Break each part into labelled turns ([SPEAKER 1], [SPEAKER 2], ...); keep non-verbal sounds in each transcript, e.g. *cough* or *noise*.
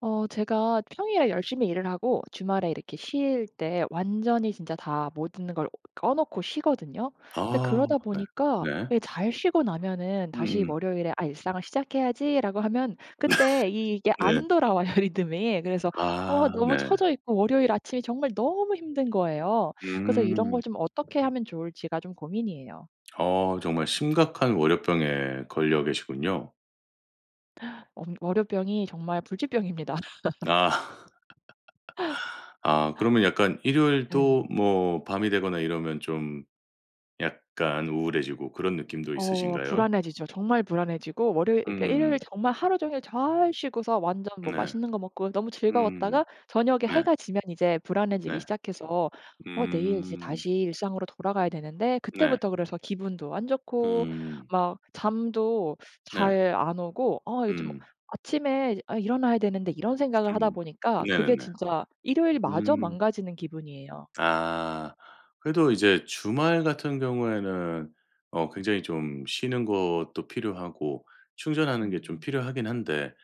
[SPEAKER 1] 제가 평일에 열심히 일을 하고 주말에 이렇게 쉴 때 완전히 진짜 다 모든 걸 꺼 놓고 쉬거든요. 근데
[SPEAKER 2] 아
[SPEAKER 1] 그러다
[SPEAKER 2] 네.
[SPEAKER 1] 보니까
[SPEAKER 2] 네.
[SPEAKER 1] 예, 잘 쉬고 나면은 다시
[SPEAKER 2] 음음.
[SPEAKER 1] 월요일에 '아 일상을 시작해야지.'라고 하면 그때 이게
[SPEAKER 2] 네.
[SPEAKER 1] 안 돌아와요 *laughs* 리듬이. 그래서
[SPEAKER 2] 아
[SPEAKER 1] 너무
[SPEAKER 2] 네.
[SPEAKER 1] 처져 있고 월요일 아침이 정말 너무 힘든 거예요. 그래서 이런 걸
[SPEAKER 2] 음.
[SPEAKER 1] 좀 어떻게 하면 좋을지가 좀 고민이에요.
[SPEAKER 2] 정말 심각한 월요병에 걸려 계시군요.
[SPEAKER 1] 어, 월요병이 정말 불치병입니다. *laughs*
[SPEAKER 2] 아. *laughs* 아 그러면 약간 일요일도 뭐 밤이 되거나 이러면 좀 약간 우울해지고 그런 느낌도 있으신가요?
[SPEAKER 1] 불안해지죠. 정말 불안해지고 월요일, 그러니까 일요일
[SPEAKER 2] 음.
[SPEAKER 1] 정말 하루 종일 잘 쉬고서 완전 뭐
[SPEAKER 2] 네.
[SPEAKER 1] 맛있는 거 먹고 너무
[SPEAKER 2] 음.
[SPEAKER 1] 즐거웠다가 저녁에
[SPEAKER 2] 네.
[SPEAKER 1] 해가 지면 이제 불안해지기
[SPEAKER 2] 네.
[SPEAKER 1] 시작해서 내일 이제
[SPEAKER 2] 음.
[SPEAKER 1] 다시 일상으로 돌아가야 되는데
[SPEAKER 2] 네.
[SPEAKER 1] 그때부터, 그래서 기분도 안 좋고
[SPEAKER 2] 음.
[SPEAKER 1] 막 잠도
[SPEAKER 2] 네.
[SPEAKER 1] 잘 안 오고 아, 요즘
[SPEAKER 2] 음.
[SPEAKER 1] 아침에 '아 일어나야 되는데.' 이런 생각을 하다
[SPEAKER 2] 음.
[SPEAKER 1] 보니까 그게
[SPEAKER 2] 네네네.
[SPEAKER 1] 진짜 일요일마저
[SPEAKER 2] 음.
[SPEAKER 1] 망가지는 기분이에요.
[SPEAKER 2] 아. 그래도 이제 주말 같은 경우에는 굉장히 좀 쉬는 것도 필요하고 충전하는 게 좀
[SPEAKER 1] 음.
[SPEAKER 2] 필요하긴 한데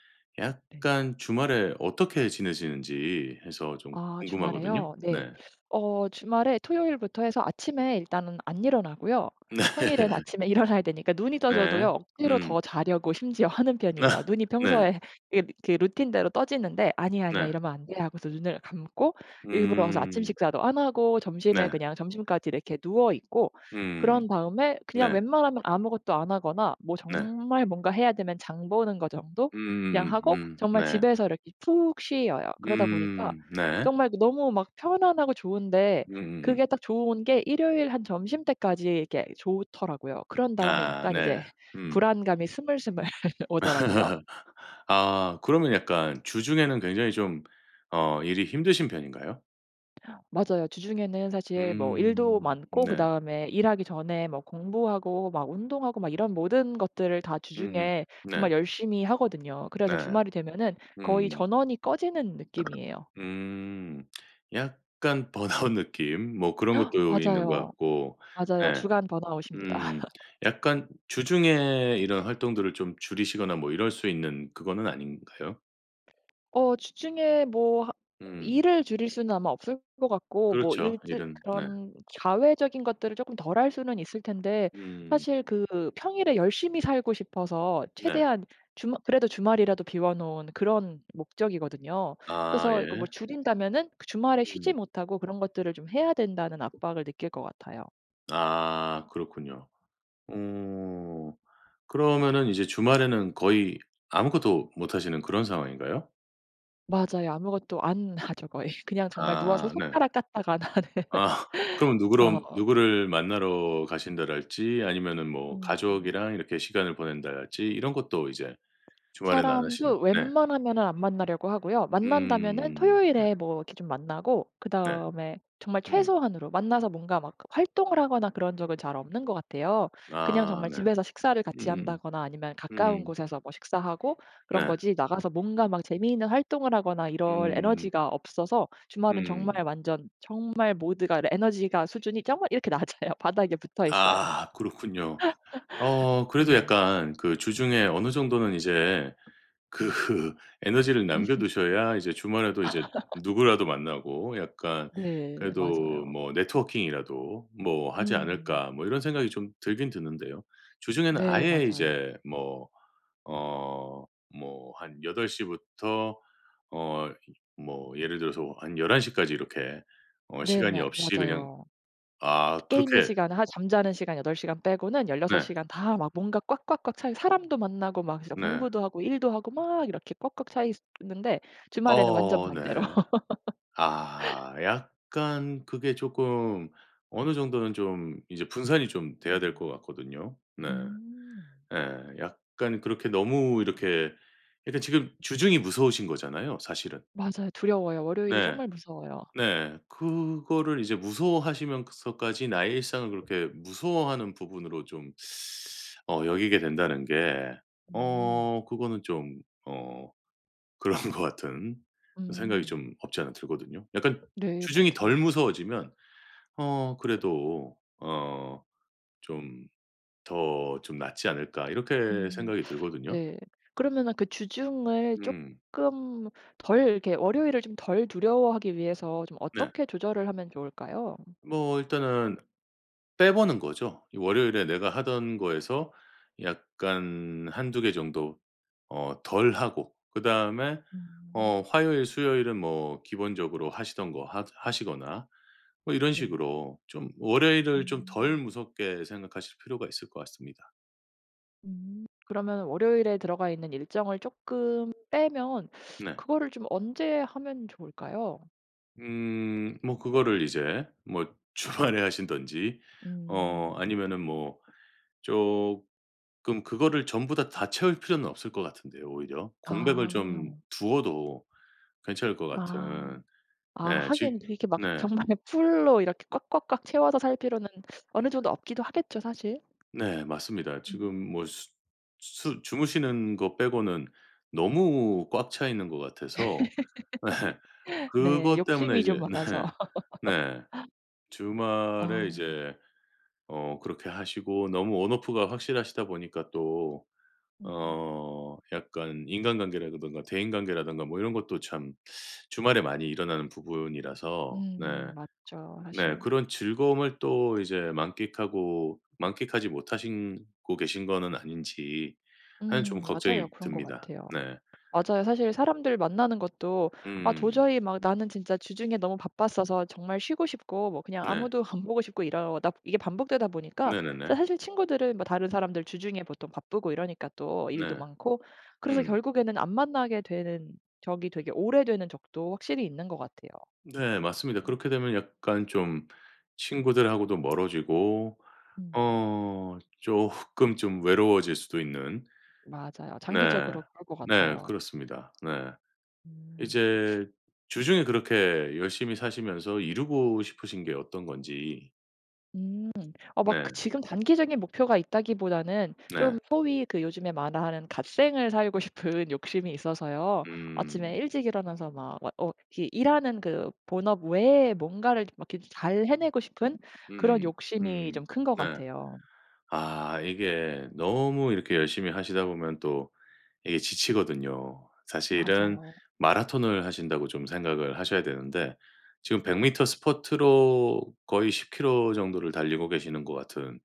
[SPEAKER 1] 네.
[SPEAKER 2] 약간 주말에 어떻게 지내시는지 해서 좀
[SPEAKER 1] 아,
[SPEAKER 2] 궁금하거든요.
[SPEAKER 1] 주말에요? 네.
[SPEAKER 2] 네.
[SPEAKER 1] 주말에 토요일부터 해서 아침에 일단은 안 일어나고요.
[SPEAKER 2] *laughs* 네.
[SPEAKER 1] 평일엔 아침에 *laughs* 일어나야 되니까 눈이 떠져도요
[SPEAKER 2] 네.
[SPEAKER 1] 억지로 더
[SPEAKER 2] 음.
[SPEAKER 1] 자려고 심지어 하는
[SPEAKER 2] *laughs*
[SPEAKER 1] 편이에요.
[SPEAKER 2] 아,
[SPEAKER 1] 눈이
[SPEAKER 2] 네.
[SPEAKER 1] 평소에 그 루틴대로 떠지는데 '아니야, 아니야.
[SPEAKER 2] 네.
[SPEAKER 1] 이러면 안 돼.' 하고서 눈을 감고 일부러 와서 아침
[SPEAKER 2] 음.
[SPEAKER 1] 식사도 안 하고 점심에,
[SPEAKER 2] 네.
[SPEAKER 1] 그냥 점심까지 이렇게 누워 있고
[SPEAKER 2] 음.
[SPEAKER 1] 그런 다음에 그냥
[SPEAKER 2] 네.
[SPEAKER 1] 웬만하면 아무것도 안 하거나 뭐
[SPEAKER 2] 네.
[SPEAKER 1] 정말 뭔가 해야 되면 장 보는 거 정도 그냥 하고 정말
[SPEAKER 2] 네.
[SPEAKER 1] 집에서 이렇게 푹 쉬어요. 그러다 보니까
[SPEAKER 2] 음. 네.
[SPEAKER 1] 정말 그 너무 막 편안하고 좋은데
[SPEAKER 2] 음
[SPEAKER 1] 그게 딱 좋은 게 일요일 한 점심때까지 이렇게 좋더라고요. 그런 다음에
[SPEAKER 2] 아
[SPEAKER 1] 약간
[SPEAKER 2] 네.
[SPEAKER 1] 이제
[SPEAKER 2] 음.
[SPEAKER 1] 불안감이 스물스물 *laughs* 오더라고요.
[SPEAKER 2] *laughs* 아 그러면 약간 주중에는 굉장히 좀 일이 힘드신 편인가요?
[SPEAKER 1] 맞아요. 주중에는 사실 뭐 일도
[SPEAKER 2] 음.
[SPEAKER 1] 많고,
[SPEAKER 2] 네.
[SPEAKER 1] 그다음에 일하기 전에 뭐 공부하고 막 운동하고 막 이런 모든 것들을 다
[SPEAKER 2] 음
[SPEAKER 1] 주중에 정말
[SPEAKER 2] 네.
[SPEAKER 1] 열심히 하거든요. 그래서
[SPEAKER 2] 네.
[SPEAKER 1] 주말이 되면은 거의
[SPEAKER 2] 음.
[SPEAKER 1] 전원이 꺼지는 느낌이에요.
[SPEAKER 2] 음. 약간 번아웃 느낌 뭐 그런 것도 있는 것
[SPEAKER 1] 맞아요.
[SPEAKER 2] 같고
[SPEAKER 1] 맞아요,
[SPEAKER 2] 네.
[SPEAKER 1] 주간 번아웃입니다.
[SPEAKER 2] 음. 약간 주중에 이런 활동들을 좀 줄이시거나 뭐 이럴 수 있는 그거는 아닌가요?
[SPEAKER 1] 어 주중에 뭐 하
[SPEAKER 2] 음.
[SPEAKER 1] 일을 줄일 수는 아마 없을 것 같고, 뭐
[SPEAKER 2] 그렇죠.
[SPEAKER 1] 일들
[SPEAKER 2] 일은 네.
[SPEAKER 1] 그런 자외적인 것들을 조금 덜 할 수는 있을 텐데
[SPEAKER 2] 음.
[SPEAKER 1] 사실 그 평일에 열심히 살고 싶어서
[SPEAKER 2] 네.
[SPEAKER 1] 최대한 주말, 그래도 주말이라도 비워 놓은 그런 목적이거든요.
[SPEAKER 2] 아
[SPEAKER 1] 그래서 이거 뭐
[SPEAKER 2] 예.
[SPEAKER 1] 줄인다면은 그 주말에 쉬지
[SPEAKER 2] 음.
[SPEAKER 1] 못하고 그런 것들을 좀 해야 된다는 압박을 느낄 것 같아요.
[SPEAKER 2] 아 그렇군요. 어. 그러면은 이제 주말에는 거의 아무것도 못 하시는 그런 상황인가요?
[SPEAKER 1] 맞아요. 아무것도 안 하죠 거의. *laughs* 그냥 정말 누워서
[SPEAKER 2] 아 네.
[SPEAKER 1] 손가락 까딱 안 하죠.
[SPEAKER 2] 아 *laughs* 그럼 누구럼
[SPEAKER 1] *laughs*
[SPEAKER 2] 누구를 만나러 가신다랄지 아니면은 뭐
[SPEAKER 1] 음.
[SPEAKER 2] 가족이랑 이렇게 시간을 보낸다랄지 이런 것도 이제 주말에는 안 하시는
[SPEAKER 1] 사람도
[SPEAKER 2] 네.
[SPEAKER 1] 웬만하면은 안 만나려고 하고요. 만난다면은
[SPEAKER 2] 음.
[SPEAKER 1] 토요일에 뭐 이렇게 좀 만나고,
[SPEAKER 2] 네.
[SPEAKER 1] 그다음에 정말
[SPEAKER 2] 음.
[SPEAKER 1] 최소한으로 만나서 뭔가 막 활동을 하거나 그런 적은 잘 없는 것 같아요. 그냥
[SPEAKER 2] 아
[SPEAKER 1] 정말
[SPEAKER 2] 네.
[SPEAKER 1] 집에서 식사를 같이
[SPEAKER 2] 음음.
[SPEAKER 1] 한다거나 아니면 가까운
[SPEAKER 2] 음.
[SPEAKER 1] 곳에서 뭐 식사하고 그런
[SPEAKER 2] 네.
[SPEAKER 1] 거지, 나가서 뭔가 막 재미있는 활동을 하거나 이럴
[SPEAKER 2] 음.
[SPEAKER 1] 에너지가 없어서 주말은 정말
[SPEAKER 2] 음.
[SPEAKER 1] 완전, 정말 모두가 에너지가 수준이 정말 이렇게 *laughs* 낮아요. 바닥에 붙어 있어요.
[SPEAKER 2] 아 그렇군요. 어 그래도
[SPEAKER 1] 네.
[SPEAKER 2] 약간 그 주중에 어느 정도는 이제 그
[SPEAKER 1] 음.
[SPEAKER 2] *laughs* 에너지를 남겨
[SPEAKER 1] *laughs*
[SPEAKER 2] 두셔야 이제 주말에도 이제 누구라도 만나고 약간
[SPEAKER 1] 네 맞아요.
[SPEAKER 2] 그래도 뭐 '네트워킹이라도 뭐 하지
[SPEAKER 1] 음.
[SPEAKER 2] 않을까.' 뭐 이런 생각이 좀 들긴 드는데요. 주중에는
[SPEAKER 1] 네
[SPEAKER 2] 아예
[SPEAKER 1] 맞아요.
[SPEAKER 2] 이제 뭐 뭐 한 8 시부터 어 뭐 예를 들어서 한 11 시까지 이렇게
[SPEAKER 1] 네
[SPEAKER 2] 시간이
[SPEAKER 1] 마
[SPEAKER 2] 없이 그냥
[SPEAKER 1] 맞아요.
[SPEAKER 2] 아
[SPEAKER 1] 깨 있는
[SPEAKER 2] 그렇게
[SPEAKER 1] 시간, 하 잠자는 시간 8시간 시간 빼고는 16시간
[SPEAKER 2] 네.
[SPEAKER 1] 시간 다 막 뭔가 꽉꽉꽉 차 사람도 만나고 막 진짜
[SPEAKER 2] 네.
[SPEAKER 1] 공부도 하고 일도 하고 막 이렇게 꽉꽉 차 있는데 주말에는 완전
[SPEAKER 2] 어
[SPEAKER 1] 반대로.
[SPEAKER 2] 네.
[SPEAKER 1] *laughs*
[SPEAKER 2] 아 약간 그게 조금 어느 정도는 좀 이제 분산이 좀 돼야 될
[SPEAKER 1] 음.
[SPEAKER 2] 것 같거든요. 네.
[SPEAKER 1] 음.
[SPEAKER 2] 예. 약간 그렇게 너무 이렇게 약간 지금 주중이 무서우신 거잖아요 사실은.
[SPEAKER 1] 맞아요. 두려워요. 월요일이
[SPEAKER 2] 네.
[SPEAKER 1] 정말 무서워요.
[SPEAKER 2] 네. 그거를 이제 무서워하시면서까지 나의 일상을 그렇게 무서워하는 부분으로 좀 여기게 된다는 게
[SPEAKER 1] 음.
[SPEAKER 2] 어 그거는 좀 어 *laughs* 그런 것 같은 생각이
[SPEAKER 1] 음.
[SPEAKER 2] 좀 없지 않아 들거든요. 약간
[SPEAKER 1] 네
[SPEAKER 2] 주중이 덜
[SPEAKER 1] 맞아요.
[SPEAKER 2] 무서워지면 그래도 어 좀 '더 좀 낫지 않을까.' 이렇게
[SPEAKER 1] 음.
[SPEAKER 2] 생각이 들거든요.
[SPEAKER 1] 네. 그러면은 그 주중을
[SPEAKER 2] 음.
[SPEAKER 1] 쪼끔 덜 이렇게, 월요일을 좀 덜 두려워하기 위해서 좀
[SPEAKER 2] 네.
[SPEAKER 1] 어떻게 조절을 하면 좋을까요?
[SPEAKER 2] 뭐 일단은 빼보는 거죠. 이 월요일에 내가 하던 거에서 약간 한두 개 정도 덜 하고 그다음에
[SPEAKER 1] 음.
[SPEAKER 2] 화요일, 수요일은 뭐 기본적으로 하시던 거 하 하시거나 뭐 이런
[SPEAKER 1] 네.
[SPEAKER 2] 식으로 좀 월요일을 좀 덜
[SPEAKER 1] 음.
[SPEAKER 2] 무섭게 생각하실 필요가 있을 것 같습니다.
[SPEAKER 1] 음. 그러면 월요일에 들어가 있는 일정을 조금 빼면
[SPEAKER 2] 네.
[SPEAKER 1] 그거를 좀 언제 하면 좋을까요?
[SPEAKER 2] 뭐 그거를 이제 뭐 주말에 하신든지
[SPEAKER 1] 음.
[SPEAKER 2] 아니면은 뭐 조금 그거를 전부 다 채울 필요는 없을 것 같은데요 오히려. 공백을
[SPEAKER 1] 아.
[SPEAKER 2] 좀 두어도 괜찮을 것
[SPEAKER 1] 아.
[SPEAKER 2] 같은
[SPEAKER 1] 아,
[SPEAKER 2] 네
[SPEAKER 1] 하긴
[SPEAKER 2] 지
[SPEAKER 1] 그렇게 막
[SPEAKER 2] 네.
[SPEAKER 1] *laughs* 정말 풀로 이렇게 꽉꽉꽉 채워서 살 필요는 어느 정도 없기도 하겠죠 사실.
[SPEAKER 2] 네 맞습니다. 지금
[SPEAKER 1] 음.
[SPEAKER 2] 뭐 수 주무시는 거 빼고는 너무 꽉 차 있는 것 같아서 *laughs* 네
[SPEAKER 1] 네.
[SPEAKER 2] 그것 때문에
[SPEAKER 1] 욕심이 좀
[SPEAKER 2] 이제 네.
[SPEAKER 1] 많아서.
[SPEAKER 2] 네. 주말에
[SPEAKER 1] 아.
[SPEAKER 2] 이제 그렇게 하시고 너무 온오프가 확실하시다 보니까 또
[SPEAKER 1] 음.
[SPEAKER 2] 약간 인간관계라든가 대인관계라든가 뭐 이런 것도 참 주말에 많이 일어나는 부분이라서 네.
[SPEAKER 1] 맞죠
[SPEAKER 2] 네
[SPEAKER 1] 사실.
[SPEAKER 2] 그런 즐거움을 또 이제 만끽하고 만끽하지 못하신 고 계신 거는 아닌지 하는 좀
[SPEAKER 1] 맞아요.
[SPEAKER 2] 걱정이
[SPEAKER 1] 그런 것
[SPEAKER 2] 듭니다.
[SPEAKER 1] 같아요.
[SPEAKER 2] 네.
[SPEAKER 1] 맞아요. 사실 사람들 만나는 것도 아,
[SPEAKER 2] 음.
[SPEAKER 1] 도저히 막 나는 진짜 주중에 너무 바빴어서 정말 쉬고 싶고 뭐 그냥
[SPEAKER 2] 네.
[SPEAKER 1] 아무도 *laughs* 안 보고 싶고, 이러다 이게 반복되다 보니까
[SPEAKER 2] 네네네.
[SPEAKER 1] 사실 친구들은 뭐 다른 사람들 주중에 보통 바쁘고 이러니까 또 일도
[SPEAKER 2] 네.
[SPEAKER 1] 많고, 그래서
[SPEAKER 2] 음.
[SPEAKER 1] 결국에는 안 만나게 되는 적이 되게 오래되는 적도 확실히 있는 것 같아요.
[SPEAKER 2] 네 맞습니다.
[SPEAKER 1] 음.
[SPEAKER 2] 그렇게 되면 약간 좀 친구들하고도 멀어지고
[SPEAKER 1] 음.
[SPEAKER 2] 쪼끔 좀 외로워질 수도 있는
[SPEAKER 1] 맞아요.
[SPEAKER 2] 네.
[SPEAKER 1] 장기적으로 그럴 것
[SPEAKER 2] 네
[SPEAKER 1] 같아요.
[SPEAKER 2] 그렇습니다. 네.
[SPEAKER 1] 음.
[SPEAKER 2] 이제 주중에 그렇게 열심히 사시면서 이루고 싶으신 게 어떤 건지.
[SPEAKER 1] 음. 막 그
[SPEAKER 2] 네.
[SPEAKER 1] 지금 단기적인 목표가 있다기보다는 좀
[SPEAKER 2] 네.
[SPEAKER 1] 소위 그 요즘에 말하는 갓생을 살고 싶은 *laughs* 욕심이 있어서요. 아침에
[SPEAKER 2] 음.
[SPEAKER 1] 일찍 일어나서 막 와 이렇게 일하는 그 본업 외에 뭔가를 막 이렇게 잘 해내고 싶은 그런
[SPEAKER 2] 음음. 음.
[SPEAKER 1] 욕심이 좀
[SPEAKER 2] 음.
[SPEAKER 1] 큰 것
[SPEAKER 2] 네.
[SPEAKER 1] 같아요.
[SPEAKER 2] 아 이게 너무 이렇게 열심히 하시다 보면 또 이게 지치거든요. 사실은
[SPEAKER 1] 맞아요.
[SPEAKER 2] 마라톤을 하신다고 좀 생각을 하셔야 되는데 지금 100 미터 스포트로 거의 10 킬로 정도를 달리고 계시는 것 같은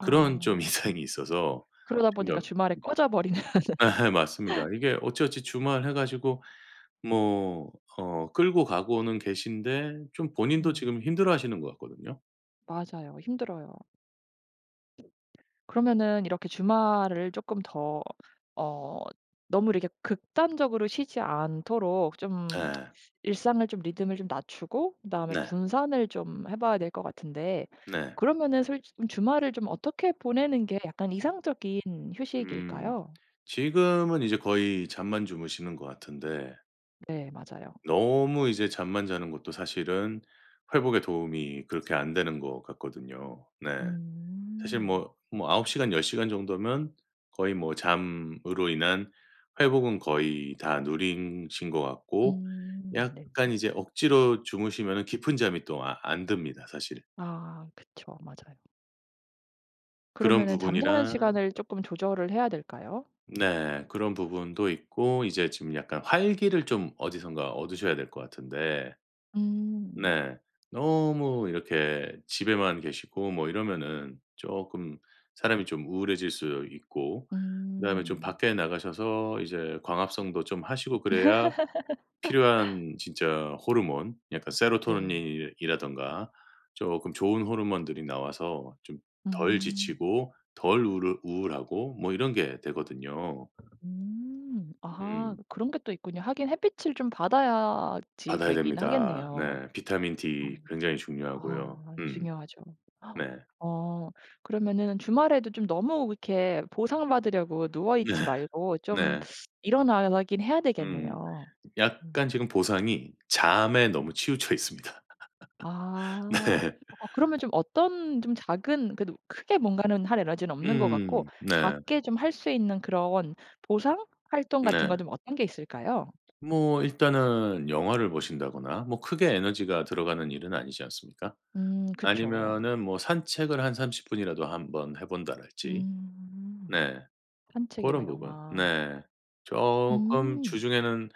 [SPEAKER 2] 그런 좀 *laughs* 이상이 있어서
[SPEAKER 1] 그러다
[SPEAKER 2] 좀
[SPEAKER 1] 보니까
[SPEAKER 2] 여
[SPEAKER 1] 주말에 꺼져 버리는. *laughs*
[SPEAKER 2] 예 *laughs* 맞습니다. 이게 어찌어찌 주말 해 가지고 뭐 끌고 가고는 계신데 좀 본인도
[SPEAKER 1] 음.
[SPEAKER 2] 지금 힘들어하시는 것 같거든요.
[SPEAKER 1] 맞아요. 힘들어요. 그러면은 이렇게 주말을 쪼끔 더 어 너무 이렇게 극단적으로 쉬지 않도록 좀
[SPEAKER 2] 예.
[SPEAKER 1] 일상을 좀, 리듬을 좀 낮추고 그다음에
[SPEAKER 2] 네.
[SPEAKER 1] 분산을 좀 해 봐야 될 것 같은데
[SPEAKER 2] 네.
[SPEAKER 1] 그러면은 솔직 음, 주말을 좀 어떻게 보내는 게 약간 이상적인
[SPEAKER 2] 음.
[SPEAKER 1] 휴식일까요?
[SPEAKER 2] 지금은 이제 거의 잠만 주무시는 것 같은데
[SPEAKER 1] 네 맞아요.
[SPEAKER 2] 너무 이제 잠만 자는 것도 사실은 회복에 도움이 그렇게 안 되는 것 같거든요. 네. 사실
[SPEAKER 1] 음.
[SPEAKER 2] 뭐 9 시간 10 시간 정도면 거의 뭐 잠으로 인한 회복은 거의 다 누리신 것 같고
[SPEAKER 1] 네.
[SPEAKER 2] 약간 이제 억지로 주무시면은 깊은 잠이 또 안 듭니다 사실.
[SPEAKER 1] 아 그쵸. 맞아요.
[SPEAKER 2] 그런
[SPEAKER 1] 그러면은 잠자는
[SPEAKER 2] 부분이랑
[SPEAKER 1] 시간을 쪼끔 조절을 해야 될까요?
[SPEAKER 2] 네 그런 부분도 있고 이제 지금 약간 활기를 좀 어디선가 얻으셔야 될 것 같은데
[SPEAKER 1] 음.
[SPEAKER 2] 네. 너무 이렇게 집에만 계시고 뭐 이러면은 쪼끔 사람이 좀 우울해질 수 있고 그다음에 좀
[SPEAKER 1] 음.
[SPEAKER 2] 밖에 나가셔서 이제 광합성도 좀 하시고 그래야 필요한 진짜 호르몬 약간
[SPEAKER 1] 네.
[SPEAKER 2] 세로토닌이라든가 쪼끔 좋은 호르몬들이 나와서 좀 덜
[SPEAKER 1] 음.
[SPEAKER 2] 지치고 덜 우르 우울하고 뭐 이런 게 되거든요.
[SPEAKER 1] 음. 아,
[SPEAKER 2] 음.
[SPEAKER 1] 그런 게 또 있군요. 하긴 햇빛을 좀 받아야지
[SPEAKER 2] 받아야
[SPEAKER 1] 되긴
[SPEAKER 2] 됩니다.
[SPEAKER 1] 하겠네요.
[SPEAKER 2] 네. 비타민 D
[SPEAKER 1] 어.
[SPEAKER 2] 굉장히 중요하고요.
[SPEAKER 1] 아
[SPEAKER 2] 음.
[SPEAKER 1] 중요하죠.
[SPEAKER 2] 네.
[SPEAKER 1] 어 그러면은 주말에도 좀 너무 이렇게 보상받으려고 누워 있지 말고
[SPEAKER 2] *laughs*
[SPEAKER 1] 좀
[SPEAKER 2] 네.
[SPEAKER 1] 일어나긴 해야
[SPEAKER 2] 음.
[SPEAKER 1] 되겠네요. 음.
[SPEAKER 2] 약간 지금 보상이 잠에 너무
[SPEAKER 1] 음.
[SPEAKER 2] 치우쳐 있습니다. *laughs* 네.
[SPEAKER 1] 아. 그러면 좀 어떤 좀 작은, 그래도 크게 뭔가는 할 에너지는 없는 것 같고
[SPEAKER 2] 음. 네.
[SPEAKER 1] 작게 좀 할 수 있는 그런 보상 활동 같은 건
[SPEAKER 2] 네.
[SPEAKER 1] 좀 어떤 게 있을까요?
[SPEAKER 2] 뭐 일단은 영화를 보신다거나 뭐 크게 에너지가 들어가는 일은 아니지 않습니까?
[SPEAKER 1] 그쵸.
[SPEAKER 2] 아니면은 뭐 산책을 한 30 분이라도 한번 해 본다랄지.
[SPEAKER 1] 음
[SPEAKER 2] 네.
[SPEAKER 1] 산책이나
[SPEAKER 2] 고런 부분.
[SPEAKER 1] 영화.
[SPEAKER 2] 네. 조금
[SPEAKER 1] 음.
[SPEAKER 2] 주중에는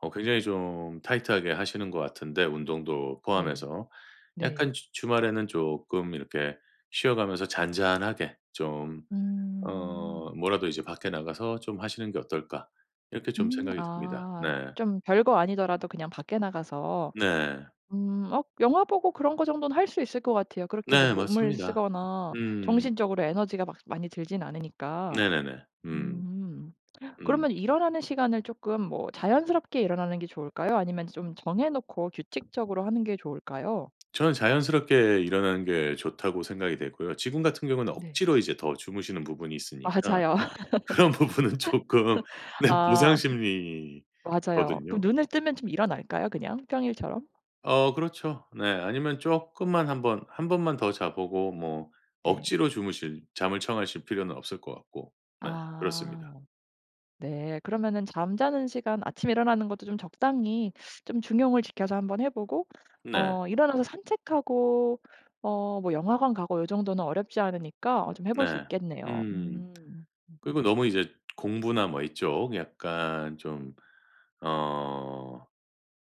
[SPEAKER 2] 굉장히 좀 타이트하게 하시는 것 같은데 운동도
[SPEAKER 1] 네.
[SPEAKER 2] 포함해서.
[SPEAKER 1] 네.
[SPEAKER 2] 약간 주 주말에는 쪼끔 이렇게 쉬어가면서 잔잔하게 좀
[SPEAKER 1] 음.
[SPEAKER 2] 뭐라도 이제 '밖에 나가서 좀 하시는 게 어떨까?' 이렇게 좀
[SPEAKER 1] 음.
[SPEAKER 2] 생각이 듭니다. 네.
[SPEAKER 1] 아, 좀 별거 아니더라도 그냥 밖에 나가서
[SPEAKER 2] 네.
[SPEAKER 1] 영화 보고 그런 거 정도는 할 수 있을 것 같아요. 그렇게 뭐
[SPEAKER 2] 네
[SPEAKER 1] 몸을
[SPEAKER 2] 맞습니다.
[SPEAKER 1] 쓰거나
[SPEAKER 2] 음.
[SPEAKER 1] 정신적으로 에너지가 막 많이 들진 않으니까.
[SPEAKER 2] 네네네. 음.
[SPEAKER 1] 음.
[SPEAKER 2] 음.
[SPEAKER 1] 그러면 일어나는 시간을 조금 뭐 자연스럽게 일어나는 게 좋을까요? 아니면 좀 정해 놓고 규칙적으로 하는 게 좋을까요?
[SPEAKER 2] 저는 자연스럽게 일어나는 게 좋다고 생각이 되고요. 지금 같은 경우는
[SPEAKER 1] 네.
[SPEAKER 2] 억지로 이제 더 주무시는 부분이 있으니까
[SPEAKER 1] 맞아요.
[SPEAKER 2] 그런 부분은 쪼끔
[SPEAKER 1] *laughs*
[SPEAKER 2] *laughs* 네 보상
[SPEAKER 1] 아 맞아요. 그럼
[SPEAKER 2] 심리거든요.
[SPEAKER 1] 눈을 뜨면 좀 일어날까요, 그냥 평일처럼?
[SPEAKER 2] 어 그렇죠. 네. 아니면 쪼끔만 한번 한 번만 더 자보고 뭐
[SPEAKER 1] 네.
[SPEAKER 2] 억지로 주무실 잠을 청하실 필요는 없을 것 같고. 네 그렇습니다.
[SPEAKER 1] 아. 네. 그러면은 잠자는 시간 아침에 일어나는 것도 좀 적당히 좀 중용을 지켜서 한번 해 보고
[SPEAKER 2] 네.
[SPEAKER 1] 일어나서 산책하고 뭐 영화관 가고, 요 정도는 어렵지 않으니까 좀 해볼 수
[SPEAKER 2] 네.
[SPEAKER 1] 있겠네요.
[SPEAKER 2] 음.
[SPEAKER 1] 음.
[SPEAKER 2] 그리고 너무 이제 공부나 뭐 이쪽 약간 좀어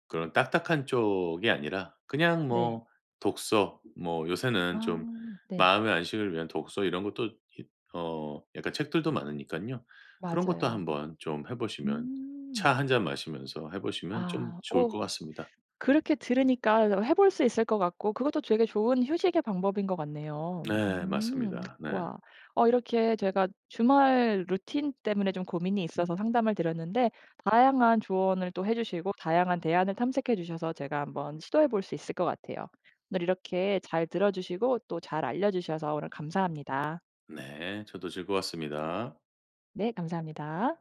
[SPEAKER 2] 그런 딱딱한 쪽이 아니라 그냥
[SPEAKER 1] 네. 네.
[SPEAKER 2] 뭐 독서 뭐 요새는
[SPEAKER 1] 아
[SPEAKER 2] 좀
[SPEAKER 1] 네.
[SPEAKER 2] 마음의 안식을 위한 독서 이런 것도 이- 어 약간 책들도 많으니깐요. 그런 것도
[SPEAKER 1] 맞아요.
[SPEAKER 2] 한번 좀 해 보시면 차
[SPEAKER 1] 음.
[SPEAKER 2] 한잔 마시면서 해 보시면 좀
[SPEAKER 1] 아.
[SPEAKER 2] 좋을
[SPEAKER 1] 오,
[SPEAKER 2] 것 같습니다.
[SPEAKER 1] 그렇게 들으니까 해볼 수 있을 것 같고 그것도 되게 좋은 휴식의 방법인 것 같네요.
[SPEAKER 2] 네
[SPEAKER 1] 음.
[SPEAKER 2] 맞습니다. 네.
[SPEAKER 1] 와. 이렇게 제가 주말 루틴 때문에 좀 고민이 있어서 상담을 드렸는데 다양한 조언을 또 해 주시고 다양한 대안을 탐색해 주셔서 제가 한번 시도해 볼 수 있을 것 같아요. 오늘 이렇게 잘 들어 주시고 또 잘 알려 주셔서 오늘 감사합니다.
[SPEAKER 2] 네. 저도 즐거웠습니다.
[SPEAKER 1] 네 감사합니다.